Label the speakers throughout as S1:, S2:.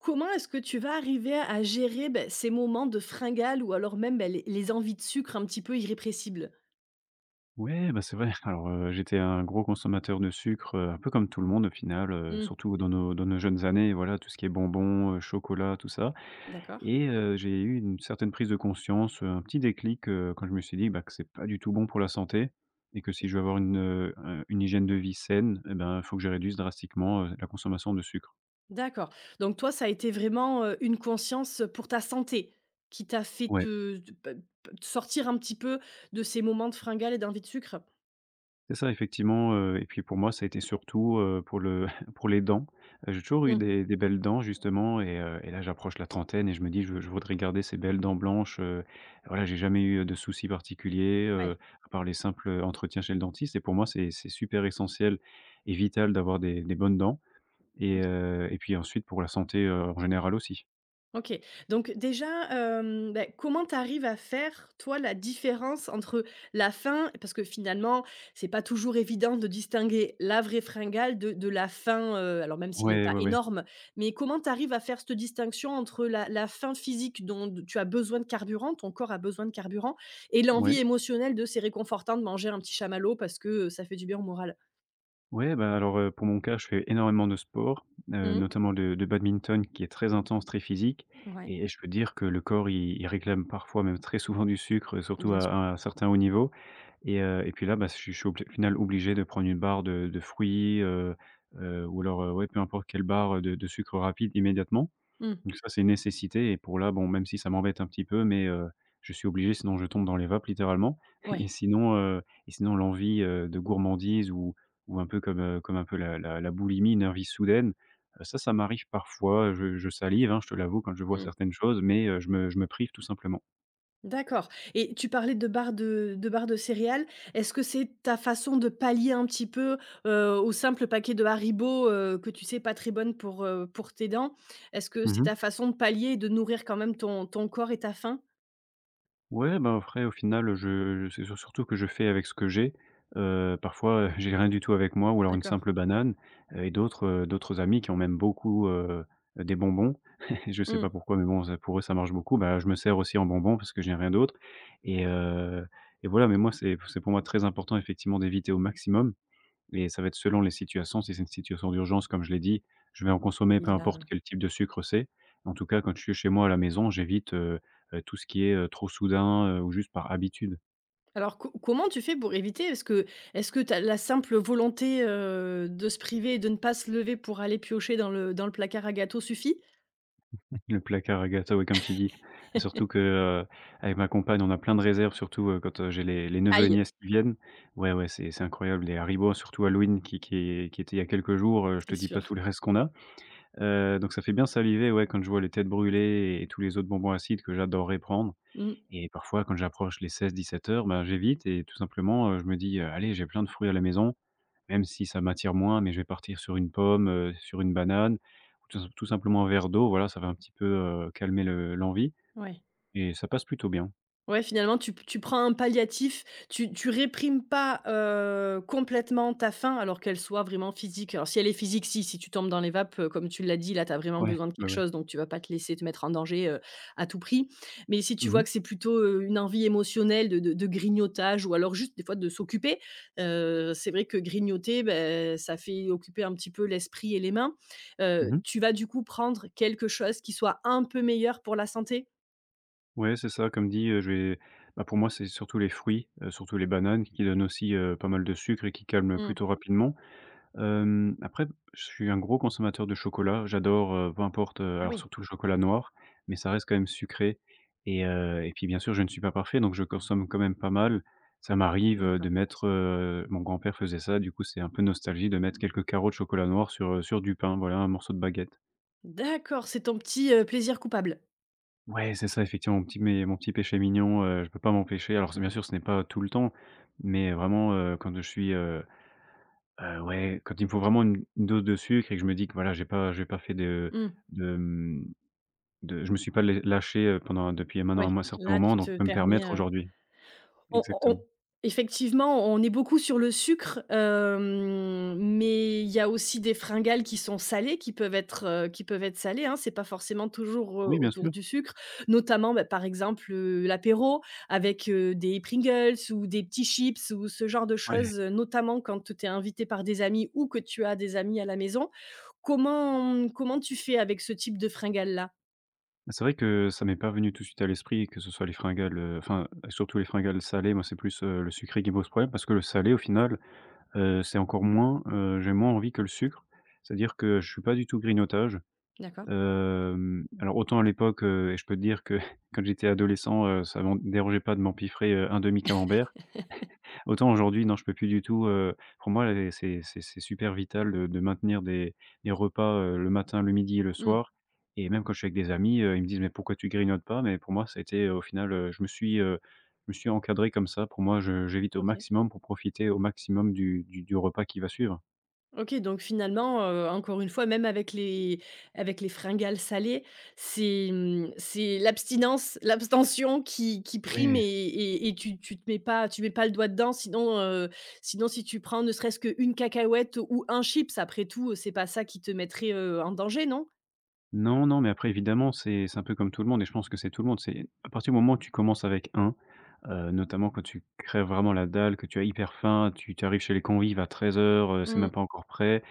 S1: Comment est-ce que tu vas arriver à gérer, beh, ces moments de fringale ou alors même, beh, les envies de sucre un petit peu irrépressibles?
S2: Ouais, bah, c'est vrai. Alors, j'étais un gros consommateur de sucre, un peu comme tout le monde au final,
S1: Mmh.
S2: surtout dans nos jeunes années, voilà, tout ce qui est bonbons, chocolat, tout ça.
S1: D'accord,
S2: Et j'ai eu une certaine prise de conscience, un petit déclic, quand je me suis dit, bah, que c'est pas du tout bon pour la santé et que si je veux avoir une hygiène de vie saine et ben, il faut que je réduise drastiquement, la consommation de sucre.
S1: d'accord. Donc toi, ça a été vraiment, une conscience, pour ta santé qui t'a fait
S2: Ouais.
S1: te te pe pe te sortir un petit peu de ces moments de fringale et d'envie de sucre?
S2: C'est ça effectivement, et puis pour moi, ça a été surtout, pour le pour les dents. J'ai toujours eu
S1: Mmh,
S2: des belles dents justement et là, j'approche la trentaine et je me dis: «Je voudrais garder ces belles dents blanches», voilà, j'ai jamais eu de soucis particuliers,
S1: ouais,
S2: à part les simples, entretiens chez le dentiste. Et pour moi, c'est super essentiel et vital d'avoir des bonnes dents et
S1: OK.
S2: heu et puis ensuite pour la santé, en général aussi.
S1: OK. Donc déjà, bah, comment tu arrives à faire, toi, la différence entre la faim parce que finalement, c'est pas toujours évident de distinguer la vraie fringale de la faim, alors même s'il est
S2: Ouais,
S1: pas
S2: ouais, ouais.
S1: énorme, mais comment tu arrives à faire cette distinction entre la faim physique dont d tu as besoin de carburant, ton corps a besoin de carburant et l'envie
S2: Ouais.
S1: émotionnelle de c'est réconfortant de manger un petit chamallow parce que, ça fait du bien au moral?
S2: Ouais, bah, alors, pour mon cas, je fais énormément de sport,
S1: Mmh.
S2: notamment de le badminton qui est très intense, très physique.
S1: Ouais,
S2: Et je peux dire que le corps, il réclame parfois, même très souvent du sucre, surtout
S1: bien
S2: à
S1: sûr.
S2: à un certain haut niveau. Et puis là, bah, je suis obli au final obligé de prendre une barre de fruits, ou alors, ouais, peu importe quelle barre, de sucre rapide immédiatement.
S1: Mmh.
S2: Donc ça, c'est une nécessité et pour là, bon, même si ça m'embête un petit peu, mais je suis obligé, sinon je tombe dans les vapes littéralement.
S1: Ouais.
S2: Et sinon, et sinon l'envie, de gourmandise, ou un peu comme, comme un peu la boulimie, une envie soudaine, ça, ça m'arrive parfois, je salive, hein, je te l'avoue quand je vois
S1: Mmh.
S2: certaines choses, mais je me prive tout simplement.
S1: D'accord et tu parlais de barres de barres de céréales. Est-ce que c'est ta façon de pallier un petit peu, au simple paquet de Haribo, que tu sais pas très bonne pour, pour tes dents? Est-ce que c'est
S2: Mmh.
S1: ta façon de pallier et de nourrir quand même ton corps et ta faim?
S2: Ouais, bah, après au final, je c'est sur surtout que je fais avec ce que j'ai. Parfois, j'ai rien du tout avec moi ou alors une
S1: D'accord.
S2: simple banane, et d'autres, d'autres amis qui ont même beaucoup, des bonbons. Je sais pas
S1: Mmh.
S2: pourquoi, mais bon, ça pour eux, ça marche beaucoup. Bah, je me sers aussi en bonbons parce que j'ai rien d'autre et
S1: D'accord,
S2: heu, et voilà. Mais moi, c'est pour moi très important effectivement d'éviter au maximum, et ça va être selon les situations. Si c'est une situation d'urgence, comme je l'ai dit, je vais en consommer
S1: oui
S2: peu
S1: là
S2: importe quel type de sucre c'est. En tout cas, quand je suis chez moi à la maison, j'évite tout ce qui est, trop soudain, ou juste par habitude.
S1: alors co comment tu fais pour éviter? Est-ce que t'as la simple volonté, de se priver et de ne pas se lever pour aller piocher dans le placard à gâteaux suffit?
S2: Le placard à gâteaux, ouais, comme tu dis. Surtout que, avec ma compagne, on a plein de réserves, surtout, quand, j'ai les neveux et
S1: Aïe,
S2: nièces qui viennent. Ouais, ouais, c'est incroyable, les Haribo, surtout Halloween qui était il y a quelques jours, je te
S1: c'est
S2: dis pas tout
S1: sûr.
S2: le reste qu'on a. Donc ça fait bien saliver, ouais, quand je vois les têtes brûlées et tous les autres bonbons acides que j'adorerais prendre.
S1: Mmh,
S2: Et parfois, quand j'approche les 16-17 heures, ben, j'évite et tout simplement, je me dis: allez, j'ai plein de fruits à la maison, même si ça m'attire moins, mais je vais partir sur une pomme, sur une banane ou tout simplement un verre d'eau». Voilà, ça va un petit peu, calmer le l'envie,
S1: ouais.
S2: et ça passe plutôt bien.
S1: Ouais, finalement, tu prends un palliatif, tu réprimes pas, complètement ta faim, alors qu'elle soit vraiment physique. Alors si elle est physique, si, si tu tombes dans les vapes, comme tu l'as dit, là, tu as vraiment
S2: Ouais,
S1: besoin de
S2: ouais,
S1: quelque
S2: ouais.
S1: chose, donc tu vas pas te laisser te mettre en danger, à tout prix. Mais si tu
S2: Mmh
S1: vois
S2: mh.
S1: que c'est plutôt, une envie émotionnelle de grignotage ou alors juste des fois de s'occuper, c'est vrai que grignoter, ben ça fait occuper un petit peu l'esprit et les mains.
S2: Mmh mh.
S1: Tu vas du coup prendre quelque chose qui soit un peu meilleur pour la santé?
S2: Ouais, c'est ça, comme dit, je vais bah, pour moi, c'est surtout les fruits, surtout les bananes qui donnent aussi, pas mal de sucre et qui calment
S1: Mmh.
S2: plutôt rapidement. Après, je suis un gros consommateur de chocolat. J'adore, peu importe,
S1: Ah
S2: alors
S1: oui.
S2: surtout le chocolat noir, mais ça reste quand même sucré et puis bien sûr, je ne suis pas parfait, donc je consomme quand même pas mal. Ça m'arrive,
S1: D'accord.
S2: mon grand-père faisait ça, du coup, c'est un peu nostalgie de mettre quelques carreaux de chocolat noir sur, sur du pain, voilà, un morceau de baguette.
S1: D'accord, c'est ton petit, plaisir coupable.
S2: Ouais, c'est ça, effectivement, mon petit péché mignon, je peux pas m'empêcher. Alors c'est, bien sûr, ce n'est pas tout le temps, mais vraiment, quand je suis, ouais, quand il me faut vraiment une dose de sucre et que je me dis que voilà, j'ai pas fait de
S1: Mmh,
S2: de, mmh, de je me suis pas lé lâché, pendant depuis maintenant
S1: ouais,
S2: un mois, certain
S1: là tu
S2: moment, donc je
S1: te
S2: peux me
S1: permets,
S2: permettre aujourd'hui.
S1: on
S2: Exactement.
S1: on effectivement, on est beaucoup sur le sucre, mais il y a aussi des fringales qui sont salées, qui peuvent être salées, hein. C'est pas forcément toujours,
S2: Oui, bien
S1: autour
S2: sûr,
S1: du sucre, notamment, bah, par exemple, l'apéro avec, des Pringles ou des petits chips ou ce genre de
S2: ouais.
S1: choses, notamment quand tu es invité par des amis ou que tu as des amis à la maison. Comment tu fais avec ce type de fringales-là?
S2: C'est vrai que ça m'est pas venu tout de suite à l'esprit que ce soit les fringales, enfin, surtout les fringales salées. Moi, c'est plus, le sucré qui me pose problème, parce que le salé au final, c'est encore moins, j'ai moins envie que le sucre. C'est-à-dire que je suis pas du tout grignotage.
S1: D'accord.
S2: Alors autant à l'époque, et je peux te dire que quand j'étais adolescent, ça m'en dérangeait pas de m'empiffrer, un demi camembert. Autant aujourd'hui, non, je peux plus du tout, pour moi, les c'est super vital de maintenir des repas, le matin, le midi et le
S1: Mmh.
S2: soir. Et même quand je suis avec des amis, ils me disent: «Mais pourquoi tu grignotes pas?» Mais pour moi, ça a été, au final, je me suis encadré comme ça. Pour moi, je j'évite au
S1: OK.
S2: maximum pour profiter au maximum du repas qui va suivre.
S1: OK, donc finalement, encore une fois, même avec les fringales salées, c'est, mmh, c'est l'abstinence l'abstention qui prime
S2: Ouais.
S1: et et tu te mets pas tu mets pas le doigt dedans sinon, sinon si tu prends ne serait-ce qu'une cacahuète ou un chips, après tout, c'est pas ça qui te mettrait, en danger, non?
S2: Non, non, mais après, évidemment, c'est un peu comme tout le monde, et je pense que c'est tout le monde. C'est à partir du moment où tu commences avec un, notamment quand tu crèves vraiment la dalle, que tu as hyper faim, tu arrives chez les convives à 13:00, c'est même
S1: Mmh.
S2: pas encore prêt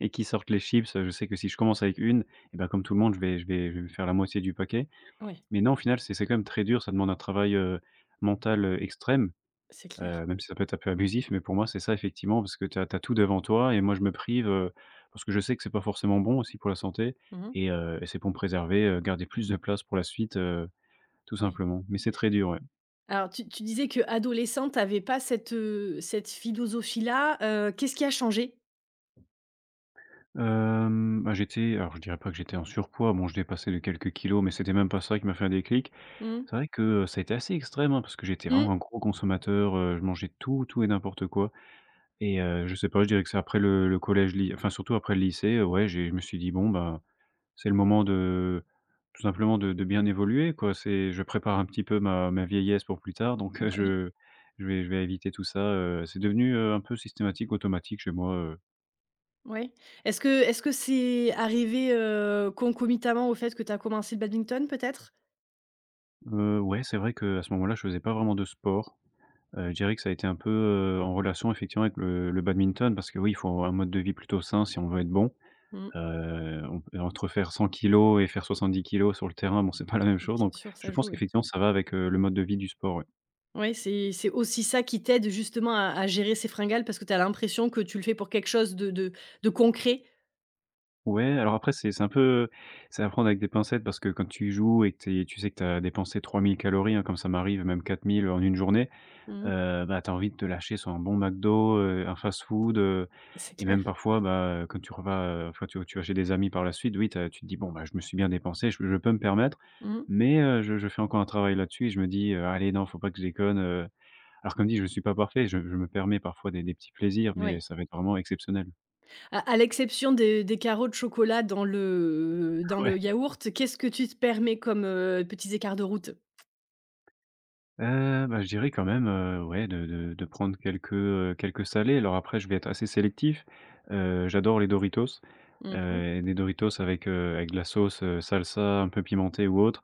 S2: et qu'ils sortent les chips, je sais que si je commence avec une, et bah, comme tout le monde, je vais faire la moitié du paquet.
S1: Ouais,
S2: Mais non, au final, c'est quand même très dur, ça demande un travail, mental, extrême.
S1: c'est clair.
S2: Même si ça peut être un peu abusif, mais pour moi, c'est ça effectivement, parce que tu as tout devant toi et moi je me prive, parce que je sais que c'est pas forcément bon aussi pour la santé
S1: Mmh.
S2: et c'est pour me préserver, garder plus de place pour la suite, tout
S1: Ouais.
S2: simplement. Mais c'est très dur, ouais.
S1: Alors tu tu disais que adolescente, t'avais pas cette, cette philosophie-là, qu'est-ce qui a changé?
S2: Bah, j'étais alors je dirais pas que j'étais en surpoids, bon, je dépassais de quelques kilos, mais c'était même pas ça qui m'a fait un déclic.
S1: Mmh.
S2: C'est vrai que, ça a été assez extrême, hein, parce que j'étais
S1: Mmh.
S2: vraiment un gros consommateur, je mangeais tout, tout et n'importe quoi, et je sais pas, je dirais que c'est après le collège ly enfin surtout après le lycée, ouais, j'ai je me suis dit: «Bon, ben». C'est le moment de tout simplement de bien évoluer quoi. C'est, je prépare un petit peu ma vieillesse pour plus tard, donc je vais éviter tout ça, c'est devenu, un peu systématique, automatique chez moi.
S1: Ouais. Est-ce que c'est arrivé, concomitamment au fait que tu as commencé le badminton peut-être?
S2: Ouais, c'est vrai qu'à ce moment-là, je faisais pas vraiment de sport. Je dirais que ça a été un peu, en relation effectivement avec le badminton, parce que oui, il faut un mode de vie plutôt sain si on veut être bon.
S1: Mmh,
S2: On peut entre faire 100 kilos et faire 70 kilos sur le terrain, bon, c'est pas la même chose,
S1: bien
S2: donc
S1: sûr,
S2: je
S1: ça
S2: pense
S1: joue, oui.
S2: qu'effectivement ça va avec, le mode de vie du sport, ouais.
S1: Ouais, c'est aussi ça qui t'aide justement à gérer ces fringales parce que tu as l'impression que tu le fais pour quelque chose de concret.
S2: Ouais, alors après c'est un peu, c'est à prendre avec des pincettes, parce que quand tu joues et que tu sais que tu as dépensé 3000 calories, hein, comme ça m'arrive, même 4000 en une journée,
S1: Mmh,
S2: bah, tu as envie de te lâcher sur un bon McDo, un fast-food,
S1: c'est
S2: et
S1: clair.
S2: même parfois, bah, quand tu revas, enfin tu vas chez des amis par la suite, oui, tu te dis: «Bon, bah, je me suis bien dépensé, je peux me permettre».
S1: Mmh,
S2: Mais je fais encore un travail là-dessus et je me dis: «Allez non, faut pas que je déconne», alors comme dit, je suis pas parfait, je me permets parfois des petits plaisirs, mais
S1: ouais.
S2: ça va être vraiment exceptionnel.
S1: À l'exception des carreaux de chocolat dans le yaourt, qu'est-ce que tu te permets comme, petits écarts de route?
S2: Bah, je dirais quand même, ouais, de prendre quelques, quelques salés. Alors après, je vais être assez sélectif. J'adore les Doritos,
S1: Mmh.
S2: et des Doritos avec, avec de la sauce, salsa un peu pimentée ou autre.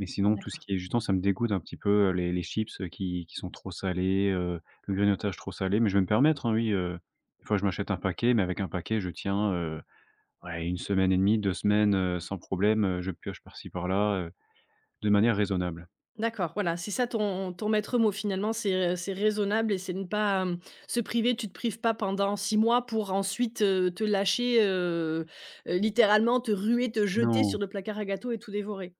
S2: Mais sinon, tout ce
S1: D'accord.
S2: qui est justement, ça me dégoûte un petit peu, les chips, qui sont trop salés, le grignotage trop salé. Mais je vais me permettre, hein, oui, des fois, je m'achète un paquet, mais avec un paquet, je tiens, ouais, 1 semaine et demie, 2 semaines, sans problème, je pioche par-ci par-là, de manière raisonnable.
S1: D'accord, voilà, c'est ça ton maître mot finalement, c'est raisonnable et c'est ne pas, se priver. Tu te prives pas pendant 6 mois pour ensuite, te lâcher, littéralement te ruer, te jeter sur
S2: Non.
S1: le placard à gâteaux et tout dévorer.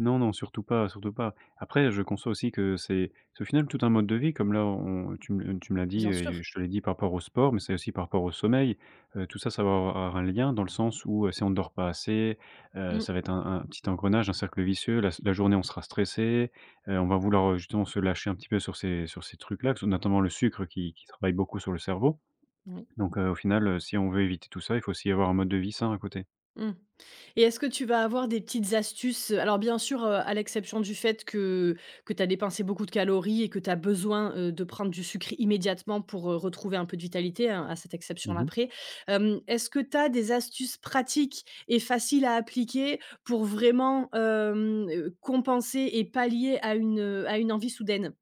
S2: Non, non, surtout pas, surtout pas. Après, je conçois aussi que c'est au final tout un mode de vie comme là on tu me l'as dit
S1: Bien
S2: et
S1: sûr.
S2: je te l'ai dit par rapport au sport, mais c'est aussi par rapport au sommeil. Tout ça, ça va avoir un lien dans le sens où, si on ne dort pas assez,
S1: Mmh.
S2: ça va être un petit engrenage, un cercle vicieux. La journée, on sera stressé, on va vouloir, justement se lâcher un petit peu sur ces trucs-là, notamment le sucre qui travaille beaucoup sur le cerveau.
S1: Oui.
S2: Donc, au final, si on veut éviter tout ça, il faut aussi avoir un mode de vie sain à côté.
S1: Mmh et est-ce que tu vas avoir des petites astuces? Alors bien sûr, à l'exception du fait que tu as dépensé beaucoup de calories et que tu as besoin, de prendre du sucre immédiatement pour, retrouver un peu de vitalité, hein, à cette exception-là
S2: Mmh.
S1: près. Est-ce que tu as des astuces pratiques et faciles à appliquer pour vraiment, compenser et pallier à une envie soudaine?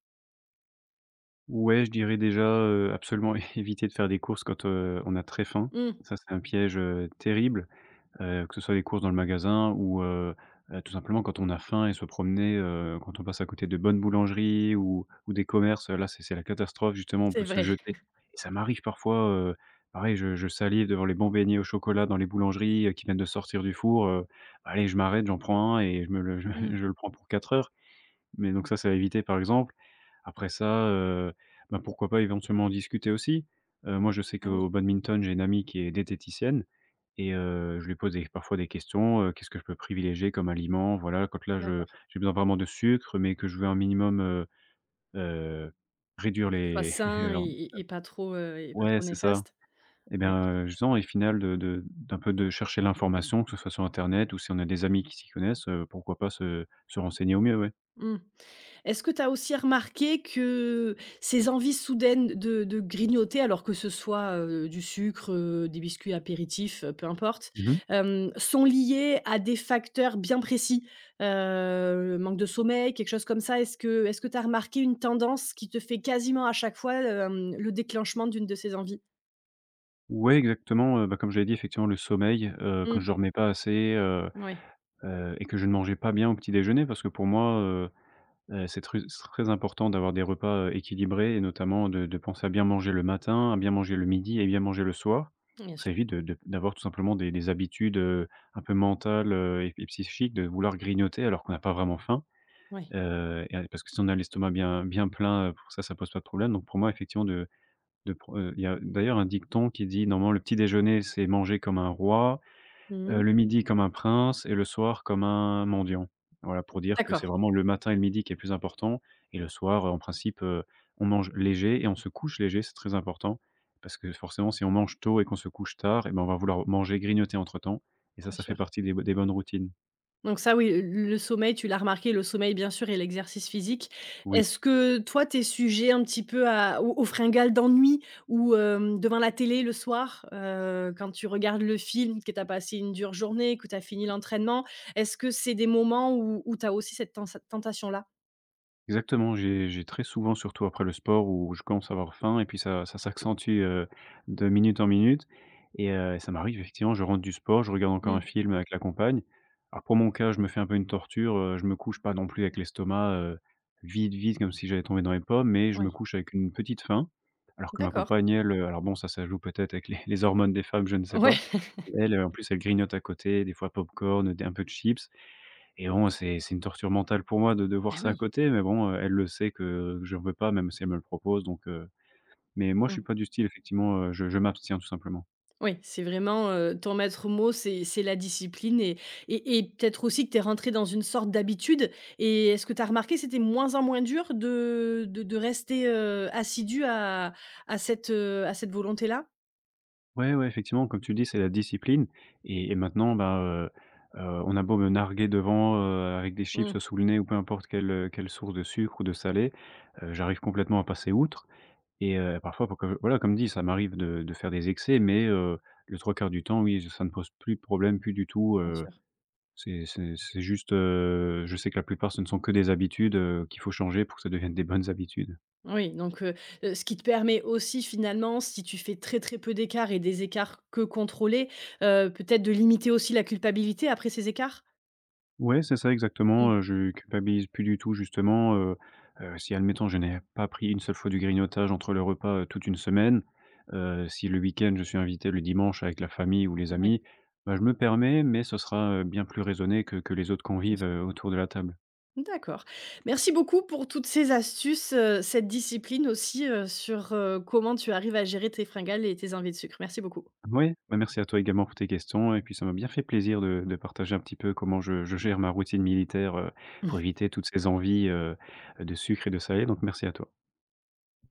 S2: Ouais, je dirais déjà, absolument éviter de faire des courses quand, on a très faim.
S1: Mmh,
S2: Ça, c'est un piège, terrible, que ce soit les courses dans le magasin ou tout simplement quand on a faim et se promener, quand on passe à côté de bonnes boulangeries ou des commerces, là, c'est la catastrophe, justement, on peut
S1: c'est
S2: se
S1: vrai.
S2: jeter. Et ça m'arrive parfois, pareil, je salive devant les bons beignets au chocolat dans les boulangeries, qui viennent de sortir du four. Allez, je m'arrête, j'en prends un et je me le
S1: Mmh.
S2: je le prends pour 4 heures. Mais donc ça, c'est à éviter, par exemple. Après ça, bah, pourquoi pas éventuellement en discuter aussi? Moi, je sais
S1: Ah oui,
S2: qu'au badminton, j'ai une amie qui est diététicienne et je lui pose des parfois des questions, «Qu'est-ce que je peux privilégier comme aliment ?» Voilà, quand là, je
S1: d'accord.
S2: j'ai besoin vraiment de sucre, mais que je veux un minimum, heu, réduire
S1: Que ce soit
S2: les
S1: sain et
S2: alors
S1: et et pas trop, et pas
S2: ouais,
S1: trop
S2: c'est ça.
S1: néfaste.
S2: Et
S1: Ouais.
S2: bien, justement, et final de d'un peu de chercher l'information, que ce soit sur internet ou si on a des amis qui s'y connaissent, pourquoi pas se renseigner au mieux, ouais.
S1: Mmh. Est-ce que tu as aussi remarqué que ces envies soudaines de grignoter, alors que ce soit, du sucre, des biscuits apéritifs, peu importe,
S2: Mmh mh.
S1: sont liées à des facteurs bien précis? Manque de sommeil, quelque chose comme ça? Est-ce que tu as remarqué une tendance qui te fait quasiment à chaque fois, le déclenchement d'une de ces envies?
S2: Ouais, exactement, bah, comme je l'ai dit, effectivement, le sommeil, quand je
S1: Mmh,
S2: dormais pas assez,
S1: oui,
S2: et que je ne mangeais pas bien au petit déjeuner parce que pour moi, c'est très important d'avoir des repas, équilibrés et notamment de penser à bien manger le matin, à bien manger le midi et bien manger le soir.
S1: bien
S2: Ça
S1: sûr,
S2: évite de d'avoir tout simplement des habitudes, un peu mentales, et psychiques de vouloir grignoter alors qu'on n'a pas vraiment faim,
S1: oui.
S2: et parce que si on a l'estomac bien plein, pour ça, ça pose pas de problème donc pour moi, effectivement, de pro il y a d'ailleurs un dicton qui dit: «Normalement, le petit déjeuner, c'est manger comme un roi,
S1: Mmh.
S2: le midi comme un prince et le soir comme un mendiant». Voilà, pour dire que c'est
S1: D'accord,
S2: vraiment le matin et le midi qui est plus important et le soir, en principe, on mange léger et on se couche léger, c'est très important. Parce que forcément, si on mange tôt et qu'on se couche tard et ben, on va vouloir manger, grignoter entre temps et ça,
S1: bien
S2: ça fait
S1: sûr.
S2: partie des bo des bonnes routines.
S1: Donc ça oui, le sommeil, tu l'as remarqué, le sommeil bien sûr et l'exercice physique.
S2: Oui.
S1: Est-ce que toi, tu es sujet un petit peu à aux aux fringales d'ennui ou, devant la télé le soir, quand tu regardes le film, que tu as passé une dure journée, que tu as fini l'entraînement, est-ce que c'est des moments où où tu as aussi cette tens tentation là?
S2: Exactement, j'ai très souvent, surtout après le sport où je commence à avoir faim et puis ça ça s'accentue, de minute en minute et ça m'arrive effectivement, je rentre du sport, je regarde encore un
S1: Mmh,
S2: film avec la compagne. Alors pour mon cas, je me fais un peu une torture, je me couche pas non plus avec l'estomac, vide, vide comme si j'allais tomber dans les pommes, mais je me
S1: ouais.
S2: couche avec une petite faim. Alors que ma
S1: D'accord.
S2: compagne elle, alors bon ça joue peut-être avec les hormones des femmes, je ne sais
S1: Ouais.
S2: pas. Elle, en plus, elle grignote à côté, des fois popcorn, des un peu de chips. Et bon, c'est une torture mentale pour moi de
S1: Bah
S2: voir ça à
S1: oui.
S2: côté, mais bon, elle le sait que je veux pas, même si elle me le propose, donc mais moi, je suis pas du style effectivement, je m'abstiens tout simplement.
S1: Oui, c'est vraiment, ton maître mot, c'est la discipline et et peut-être aussi que tu es rentré dans une sorte d'habitude et est-ce que tu as remarqué c'était moins en moins dur de rester, assidu à cette, à cette volonté-là?
S2: Ouais, ouais, effectivement, comme tu le dis, c'est la discipline et maintenant, bah, on a beau me narguer devant, avec des chips
S1: Mmh,
S2: sous le nez ou peu importe quelle, quelle source de sucre ou de salé, j'arrive complètement à passer outre et parfois faut que voilà, comme dit, ça m'arrive de faire des excès, mais le trois quarts du temps, oui, ça me pose plus de problème, plus du tout,
S1: bien
S2: heu.
S1: sûr.
S2: C'est juste, je sais que la plupart, ce ne sont que des habitudes, qu'il faut changer pour que ça devienne des bonnes habitudes.
S1: Oui, donc ce qui te permet aussi finalement, si tu fais très, très peu d'écarts et des écarts que contrôlés, peut-être de limiter aussi la culpabilité après ces écarts?
S2: Ouais, c'est ça
S1: Mmh,
S2: exactement, je culpabilise plus du tout justement, si admettons je n'ai pas pris une seule fois du grignotage entre le repas, toute une semaine, si le week-end je suis invité le dimanche avec la famille ou les
S1: oui,
S2: amis, bah, je me permets mais ce sera, bien plus raisonné que les autres
S1: bien
S2: convives,
S1: sûr.
S2: autour de la table.
S1: D'accord. Merci beaucoup pour toutes ces astuces, cette discipline aussi, sur comment tu arrives à gérer tes fringales et tes envies de sucre. Merci beaucoup.
S2: Oui, bah, merci à toi également pour tes questions et puis ça m'a bien fait plaisir de partager un petit peu comment je gère ma routine militaire, pour éviter toutes ces envies, de sucre et de salé, donc merci à toi.